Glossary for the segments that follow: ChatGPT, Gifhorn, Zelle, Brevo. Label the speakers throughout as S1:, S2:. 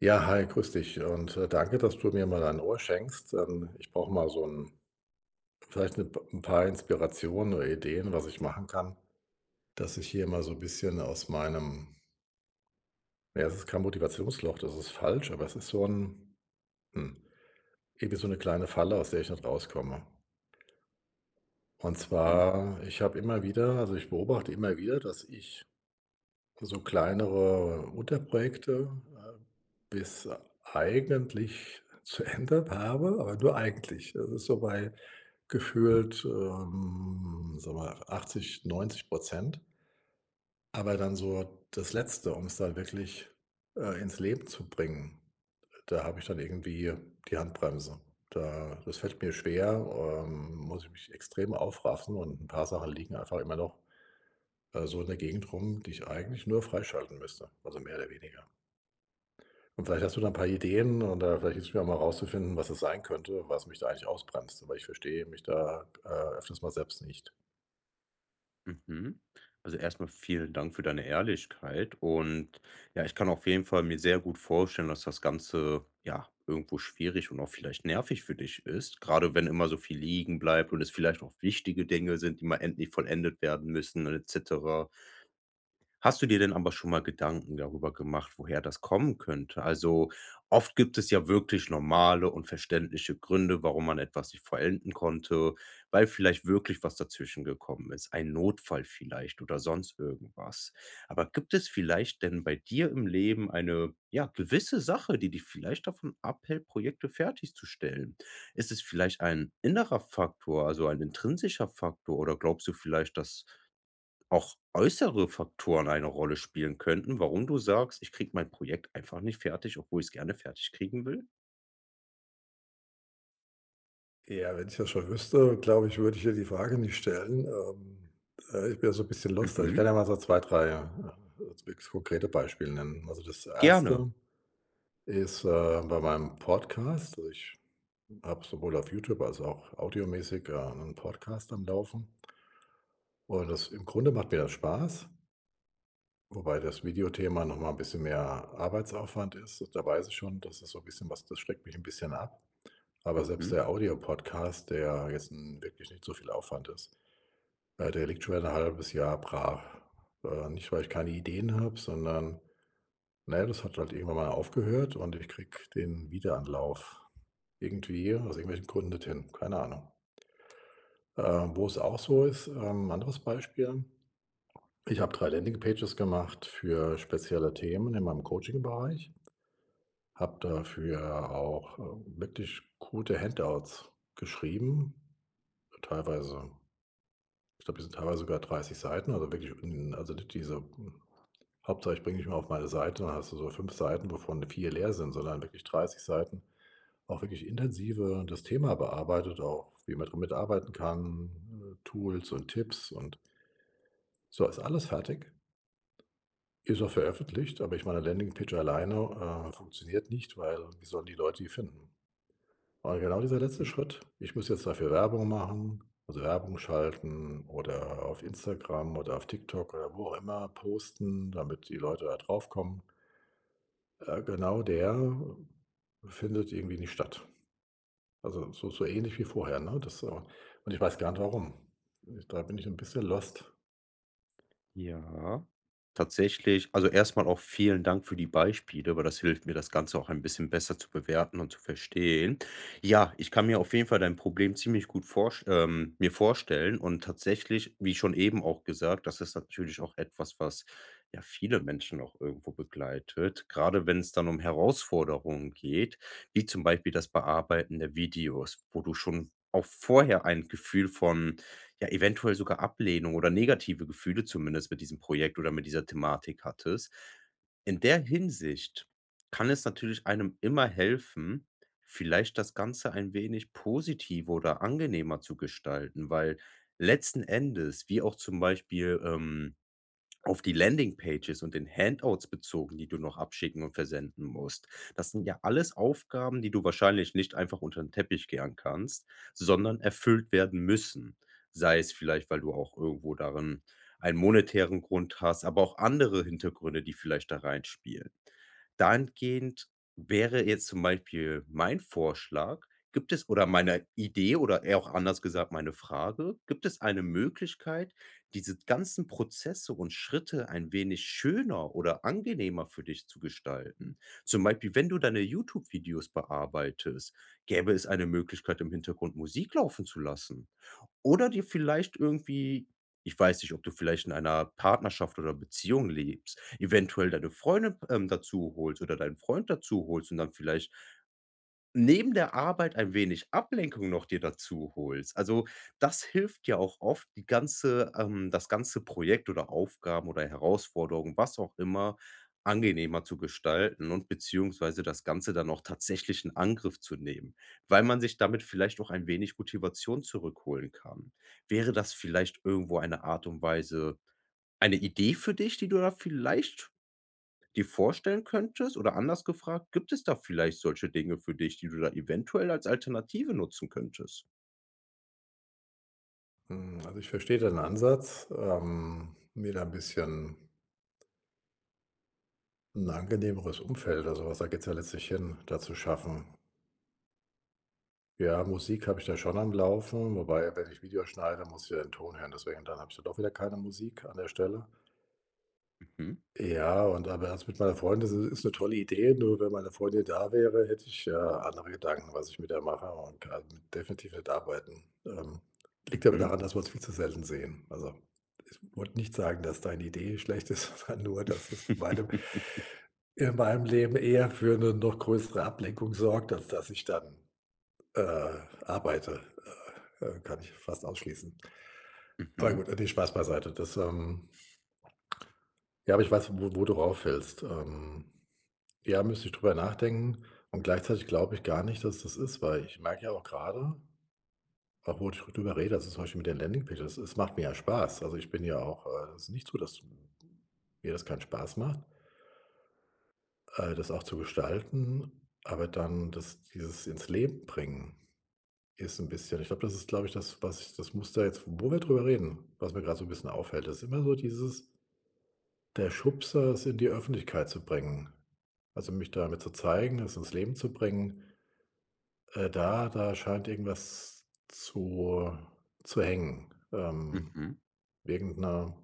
S1: Ja, hi, grüß dich und, danke, dass du mir mal dein Ohr schenkst. Ich brauche mal so ein vielleicht 'ne p paar Inspirationen oder Ideen, was ich machen kann, dass ich hier mal so ein bisschen aus meinem ja, es ist kein Motivationsloch, das ist falsch, aber es ist so ein hm, irgendwie so eine kleine Falle, aus der ich nicht rauskomme. Und
S2: Mhm,
S1: zwar, ich habe immer wieder also, ich beobachte immer wieder, dass ich so kleinere Unterprojekte, äh, bis eigentlich zu Ende habe, aber nur eigentlich. Das ist so bei gefühlt, sagen wir 80, 90. Aber dann so das Letzte, um es dann wirklich, ins Leben zu bringen, da habe ich dann irgendwie die Handbremse. Da Das fällt mir schwer, muss ich mich extrem aufraffen und ein paar Sachen liegen einfach immer noch so in der Gegend rum, die ich eigentlich nur freischalten müsste, also mehr oder weniger. Und vielleicht hast du da ein paar Ideen und oder vielleicht hilfst du mir auch mal rauszufinden, was es sein könnte, was mich da eigentlich ausbremst, aber ich verstehe mich da, öfters mal selbst nicht.
S2: mhm. Also erstmal vielen Dank für deine Ehrlichkeit und ja, ich kann auf jeden Fall mir sehr gut vorstellen, dass das Ganze, ja, irgendwo schwierig und auch vielleicht nervig für dich ist, gerade wenn immer so viel liegen bleibt und es vielleicht auch wichtige Dinge sind, die mal endlich vollendet werden müssen und et cetera. Hast du dir denn aber schon mal Gedanken darüber gemacht, woher das kommen könnte? Also, oft gibt es ja wirklich normale und verständliche Gründe, warum man etwas nicht vollenden konnte, weil vielleicht wirklich was dazwischen gekommen ist, ein Notfall vielleicht oder sonst irgendwas. Aber gibt es vielleicht denn bei dir im Leben eine, ja, gewisse Sache, die dich vielleicht davon abhält, Projekte fertigzustellen? Ist es vielleicht ein innerer Faktor, also ein intrinsischer Faktor, oder glaubst du vielleicht, dass auch äußere Faktoren eine Rolle spielen könnten, warum du sagst: „Ich kriege mein Projekt einfach nicht fertig, obwohl ich es gerne fertig kriegen will?“
S1: Ja, wenn ich das schon wüsste, glaube ich, würde ich dir die Frage nicht stellen. Ich bin ja so ein bisschen lost. Also, ich kann
S2: Mhm.
S1: ja mal so 2, 3 so wirklich konkrete Beispiele nennen. Also, das
S2: Gerne.
S1: erste ist, bei meinem Podcast. Also, ich habe sowohl auf YouTube als auch audiomäßig, 'nen Podcast am Laufen. Und das im Grunde macht mir das Spaß, wobei das Videothema noch mal 'n bisschen mehr Arbeitsaufwand ist. Da weiß ich schon, das ist so ein bisschen was das schreckt mich ein bisschen ab. Aber selbst
S2: Mhm.
S1: der Audio-Podcast, der jetzt 'n wirklich nicht so viel Aufwand ist, der liegt schon wieder 'n halbes Jahr brav. Nicht, weil ich keine Ideen habe, sondern, na ja, das hat halt irgendwann mal aufgehört und ich kriege den Wiederanlauf irgendwie aus irgendwelchen Gründen nicht hin, keine Ahnung. Äh, Wo es auch so ist, anderes Beispiel: ich habe 3 Landingpages gemacht für spezielle Themen in meinem Coaching-Bereich, habe dafür auch, wirklich gute Handouts geschrieben, teilweise ich glaube, die sind teilweise sogar 30 Seiten, also wirklich n also nicht diese, Hauptsache ich bringe dich mal auf meine Seite, dann hast du so 5 Seiten, wovon 4 leer sind, sondern wirklich 30 Seiten auch wirklich intensive das Thema bearbeitet, auch wie man damit arbeiten kann, Tools und Tipps und so, ist alles fertig. Ist auch veröffentlicht, aber ich meine, Landingpage alleine, funktioniert nicht, weil wie sollen die Leute die finden? Aber genau dieser letzte Schritt, ich muss jetzt dafür Werbung machen, also Werbung schalten oder auf Instagram oder auf TikTok oder wo auch immer posten, damit die Leute da draufkommen. Genau der findet irgendwie nicht statt. Also so ähnlich wie vorher, ne? Das, und ich weiß gar nicht warum. Da bin ich ein bisschen lost.
S2: Ja. Tatsächlich, also erstmal auch vielen Dank für die Beispiele, weil das hilft mir, das Ganze auch ein bisschen besser zu bewerten und zu verstehen. Ja, ich kann mir auf jeden Fall dein Problem ziemlich gut vorst mir vorstellen, und tatsächlich, wie schon eben auch gesagt, das ist natürlich auch etwas, was, ja, viele Menschen auch irgendwo begleitet. Gerade wenn es dann um Herausforderungen geht, wie zum Beispiel das Bearbeiten der Videos, wo du schon auch vorher ein Gefühl von ja eventuell sogar Ablehnung oder negative Gefühle zumindest mit diesem Projekt oder mit dieser Thematik hattest. In der Hinsicht kann es natürlich einem immer helfen, vielleicht das Ganze ein wenig positiver oder angenehmer zu gestalten, weil letzten Endes, wie auch zum Beispiel, auf die Landingpages und den Handouts bezogen, die du noch abschicken und versenden musst. Das sind ja alles Aufgaben, die du wahrscheinlich nicht einfach unter den Teppich kehren kannst, sondern erfüllt werden müssen. Sei es vielleicht, weil du auch irgendwo darin einen monetären Grund hast, aber auch andere Hintergründe, die vielleicht da reinspielen. Dahingehend wäre jetzt zum Beispiel mein Vorschlag, gibt es, oder meine Idee, oder eher auch anders gesagt meine Frage, gibt es eine Möglichkeit, diese ganzen Prozesse und Schritte ein wenig schöner oder angenehmer für dich zu gestalten. Zum Beispiel, wenn du deine YouTube-Videos bearbeitest, gäbe es eine Möglichkeit, im Hintergrund Musik laufen zu lassen. Oder dir vielleicht irgendwie, ich weiß nicht, ob du vielleicht in einer Partnerschaft oder Beziehung lebst, eventuell deine Freundin, dazu holst oder deinen Freund dazu holst und dann vielleicht neben der Arbeit ein wenig Ablenkung noch dir dazu holst. Also, das hilft ja auch oft, die ganze das ganze Projekt oder Aufgaben oder Herausforderungen, was auch immer, angenehmer zu gestalten und beziehungsweise das Ganze dann auch tatsächlich in Angriff zu nehmen, weil man sich damit vielleicht auch ein wenig Motivation zurückholen kann. Wäre das vielleicht irgendwo eine Art und Weise, eine Idee für dich, die du da vielleicht dir vorstellen könntest? Oder anders gefragt, gibt es da vielleicht solche Dinge für dich, die du da eventuell als Alternative nutzen könntest?
S1: Hm, also ich verstehe den Ansatz, mir da 'n bisschen 'n angenehmeres Umfeld, also, was da geht's ja letztlich hin, da zu schaffen. Ja, Musik habe ich da schon am Laufen, wobei, wenn ich Videos schneide, muss ich ja den Ton hören, deswegen dann habe ich da doch wieder keine Musik an der Stelle.
S2: Mhm,
S1: Ja, und aber also, mit meiner Freundin, das i ist 'ne tolle Idee, nur wenn meine Freundin da wäre, hätte ich, andere Gedanken, was ich mit der mache und kann definitiv nicht arbeiten. Liegt aber
S2: mhm.
S1: daran, dass wir uns viel zu selten sehen. Also, ich wollte nicht sagen, dass deine Idee schlecht ist, sondern nur, dass es in meinem Leben eher für 'ne noch größere Ablenkung sorgt, als dass ich dann, äh, arbeite. Kann ich fast ausschließen. Aber
S2: Mhm,
S1: gut, ne, Spaß beiseite. Ja, aber ich weiß, wo du rauf willst. Ja, müsste ich drüber nachdenken und gleichzeitig glaube ich gar nicht, dass das ist, weil ich merke ja auch gerade, obwohl ich drüber rede, also, zum Beispiel mit den Landingpages, es macht mir ja Spaß. Also, ich bin ja auch es ist nicht so, dass mir das keinen Spaß macht, das auch zu gestalten, aber dann das dieses ins Leben bringen ist ein bisschen ich glaube, das ist, glaube ich, das, was ich das Muster jetzt, wo wir drüber reden, was mir gerade so ein bisschen auffällt, ist immer so dieses der Schubser, es in die Öffentlichkeit zu bringen. Also, mich damit zu zeigen, es ins Leben zu bringen. Da scheint irgendwas zu hängen.
S2: mhm.
S1: Irgend 'ne,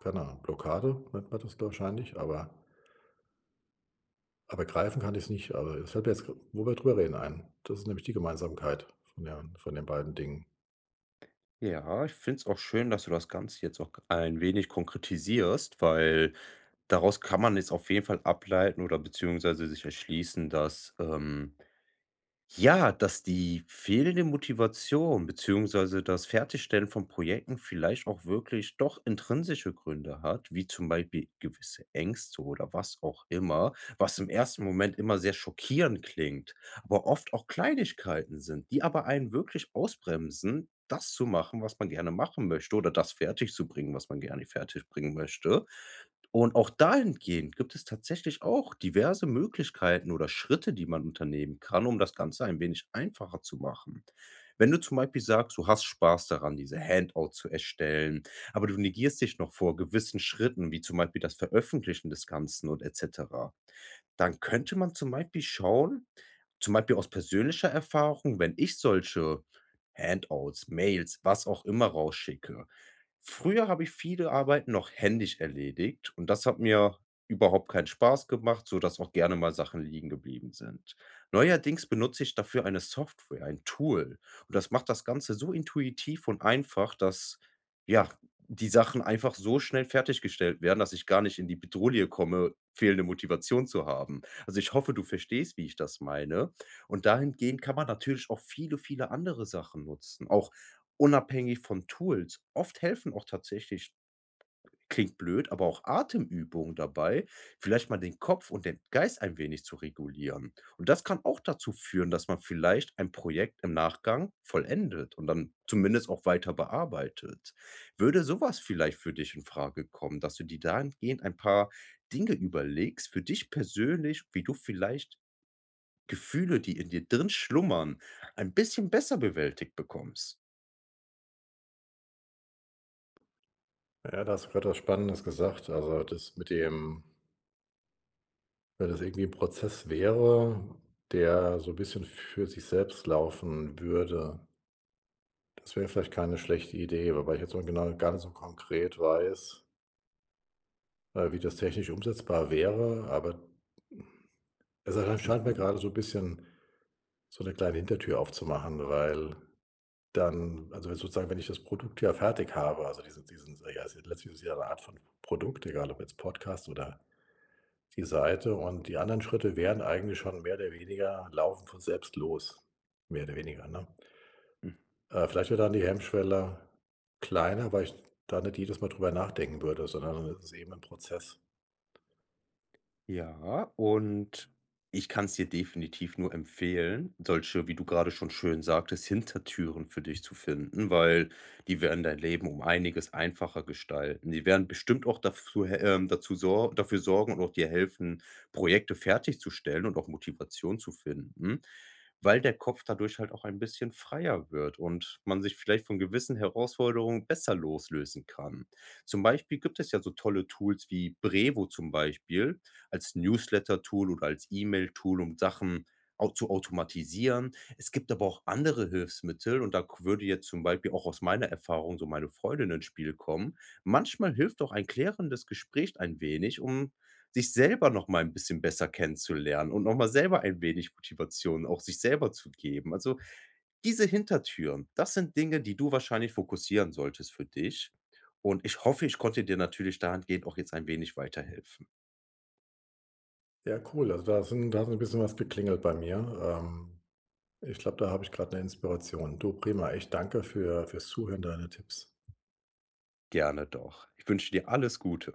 S1: keine Ahnung, Blockade nennt man das wahrscheinlich, aber greifen kann ich es nicht. Aber es fällt mir jetzt, wo wir drüber reden, ein. Das ist nämlich die Gemeinsamkeit von den beiden Dingen.
S2: Ja, ich finde es auch schön, dass du das Ganze jetzt auch ein wenig konkretisierst, weil daraus kann man jetzt auf jeden Fall ableiten oder beziehungsweise sich erschließen, dass, ja, dass die fehlende Motivation beziehungsweise das Fertigstellen von Projekten vielleicht auch wirklich doch intrinsische Gründe hat, wie zum Beispiel gewisse Ängste oder was auch immer, was im ersten Moment immer sehr schockierend klingt, aber oft auch Kleinigkeiten sind, die aber einen wirklich ausbremsen, das zu machen, was man gerne machen möchte, oder das fertig zu bringen, was man gerne fertig bringen möchte. Und auch dahingehend gibt es tatsächlich auch diverse Möglichkeiten oder Schritte, die man unternehmen kann, um das Ganze ein wenig einfacher zu machen. Wenn du zum Beispiel sagst, du hast Spaß daran, diese Handout zu erstellen, aber du negierst dich noch vor gewissen Schritten, wie zum Beispiel das Veröffentlichen des Ganzen und etc., dann könnte man zum Beispiel schauen, zum Beispiel aus persönlicher Erfahrung, wenn ich solche Handouts, Mails, was auch immer rausschicke, früher habe ich viele Arbeiten noch händisch erledigt und das hat mir überhaupt keinen Spaß gemacht, sodass auch gerne mal Sachen liegen geblieben sind. Neuerdings benutze ich dafür eine Software, ein Tool, und das macht das Ganze so intuitiv und einfach, dass, ja, die Sachen einfach so schnell fertiggestellt werden, dass ich gar nicht in die Bedrohung komme, fehlende Motivation zu haben. Also, ich hoffe, du verstehst, wie ich das meine, und dahingehend kann man natürlich auch viele, viele andere Sachen nutzen, auch unabhängig von Tools. Oft helfen auch tatsächlich, klingt blöd, aber auch Atemübungen dabei, vielleicht mal den Kopf und den Geist ein wenig zu regulieren. Und das kann auch dazu führen, dass man vielleicht ein Projekt im Nachgang vollendet und dann zumindest auch weiter bearbeitet. Würde sowas vielleicht für dich in Frage kommen, dass du dir dahingehend ein paar Dinge überlegst für dich persönlich, wie du vielleicht Gefühle, die in dir drin schlummern, ein bisschen besser bewältigt bekommst?
S1: Ja, da hast du gerade was Spannendes gesagt. Also, das mit dem wenn das irgendwie 'n Prozess wäre, der so ein bisschen für sich selbst laufen würde, das wäre vielleicht keine schlechte Idee, wobei ich jetzt so genau gar nicht so konkret weiß wie das technisch umsetzbar wäre, aber es scheint mir
S2: Mhm.
S1: gerade so ein bisschen so eine kleine Hintertür aufzumachen, weil dann also, wenn sozusagen, wenn ich das Produkt ja fertig habe, also, diesen ja, es ist ja letztlich ist es ja 'ne Art von Produkt, egal ob jetzt Podcast oder die Seite und die anderen Schritte wären eigentlich schon mehr oder weniger laufen von selbst los, mehr oder weniger, ne? Vielleicht wird dann die Hemmschwelle kleiner, weil ich da nicht jedes Mal drüber nachdenken würde, sondern es ist eben ein Prozess.
S2: Ja, und ich kann es dir definitiv nur empfehlen, solche, wie du gerade schon schön sagtest, Hintertüren für dich zu finden, weil die werden dein Leben um einiges einfacher gestalten. Die werden bestimmt auch dazu he dazu sor dafür sorgen und auch dir helfen, Projekte fertigzustellen und auch Motivation zu finden, weil der Kopf dadurch halt auch ein bisschen freier wird und man sich vielleicht von gewissen Herausforderungen besser loslösen kann. Zum Beispiel gibt es ja so tolle Tools wie Brevo zum Beispiel als Newsletter-Tool oder als E-Mail-Tool, um Sachen au zu automatisieren. Es gibt aber auch andere Hilfsmittel, und da k würde jetzt zum Beispiel auch aus meiner Erfahrung so meine Freundin ins Spiel kommen. Manchmal hilft auch ein klärendes Gespräch ein wenig, um sich selber noch mal ein bisschen besser kennenzulernen und noch mal selber ein wenig Motivation auch sich selber zu geben. Also, diese Hintertüren, das sind Dinge, die du wahrscheinlich fokussieren solltest für dich, und ich hoffe, ich konnte dir natürlich dahingehend auch jetzt ein wenig weiterhelfen.
S1: Ja, cool. Also da ist 'n Da hat ein bisschen was geklingelt bei mir. Ich glaube, da habe ich gerade eine Inspiration. Du prima, echt danke für fürs Zuhören, deine Tipps.
S2: Gerne doch. Ich wünsche dir alles Gute.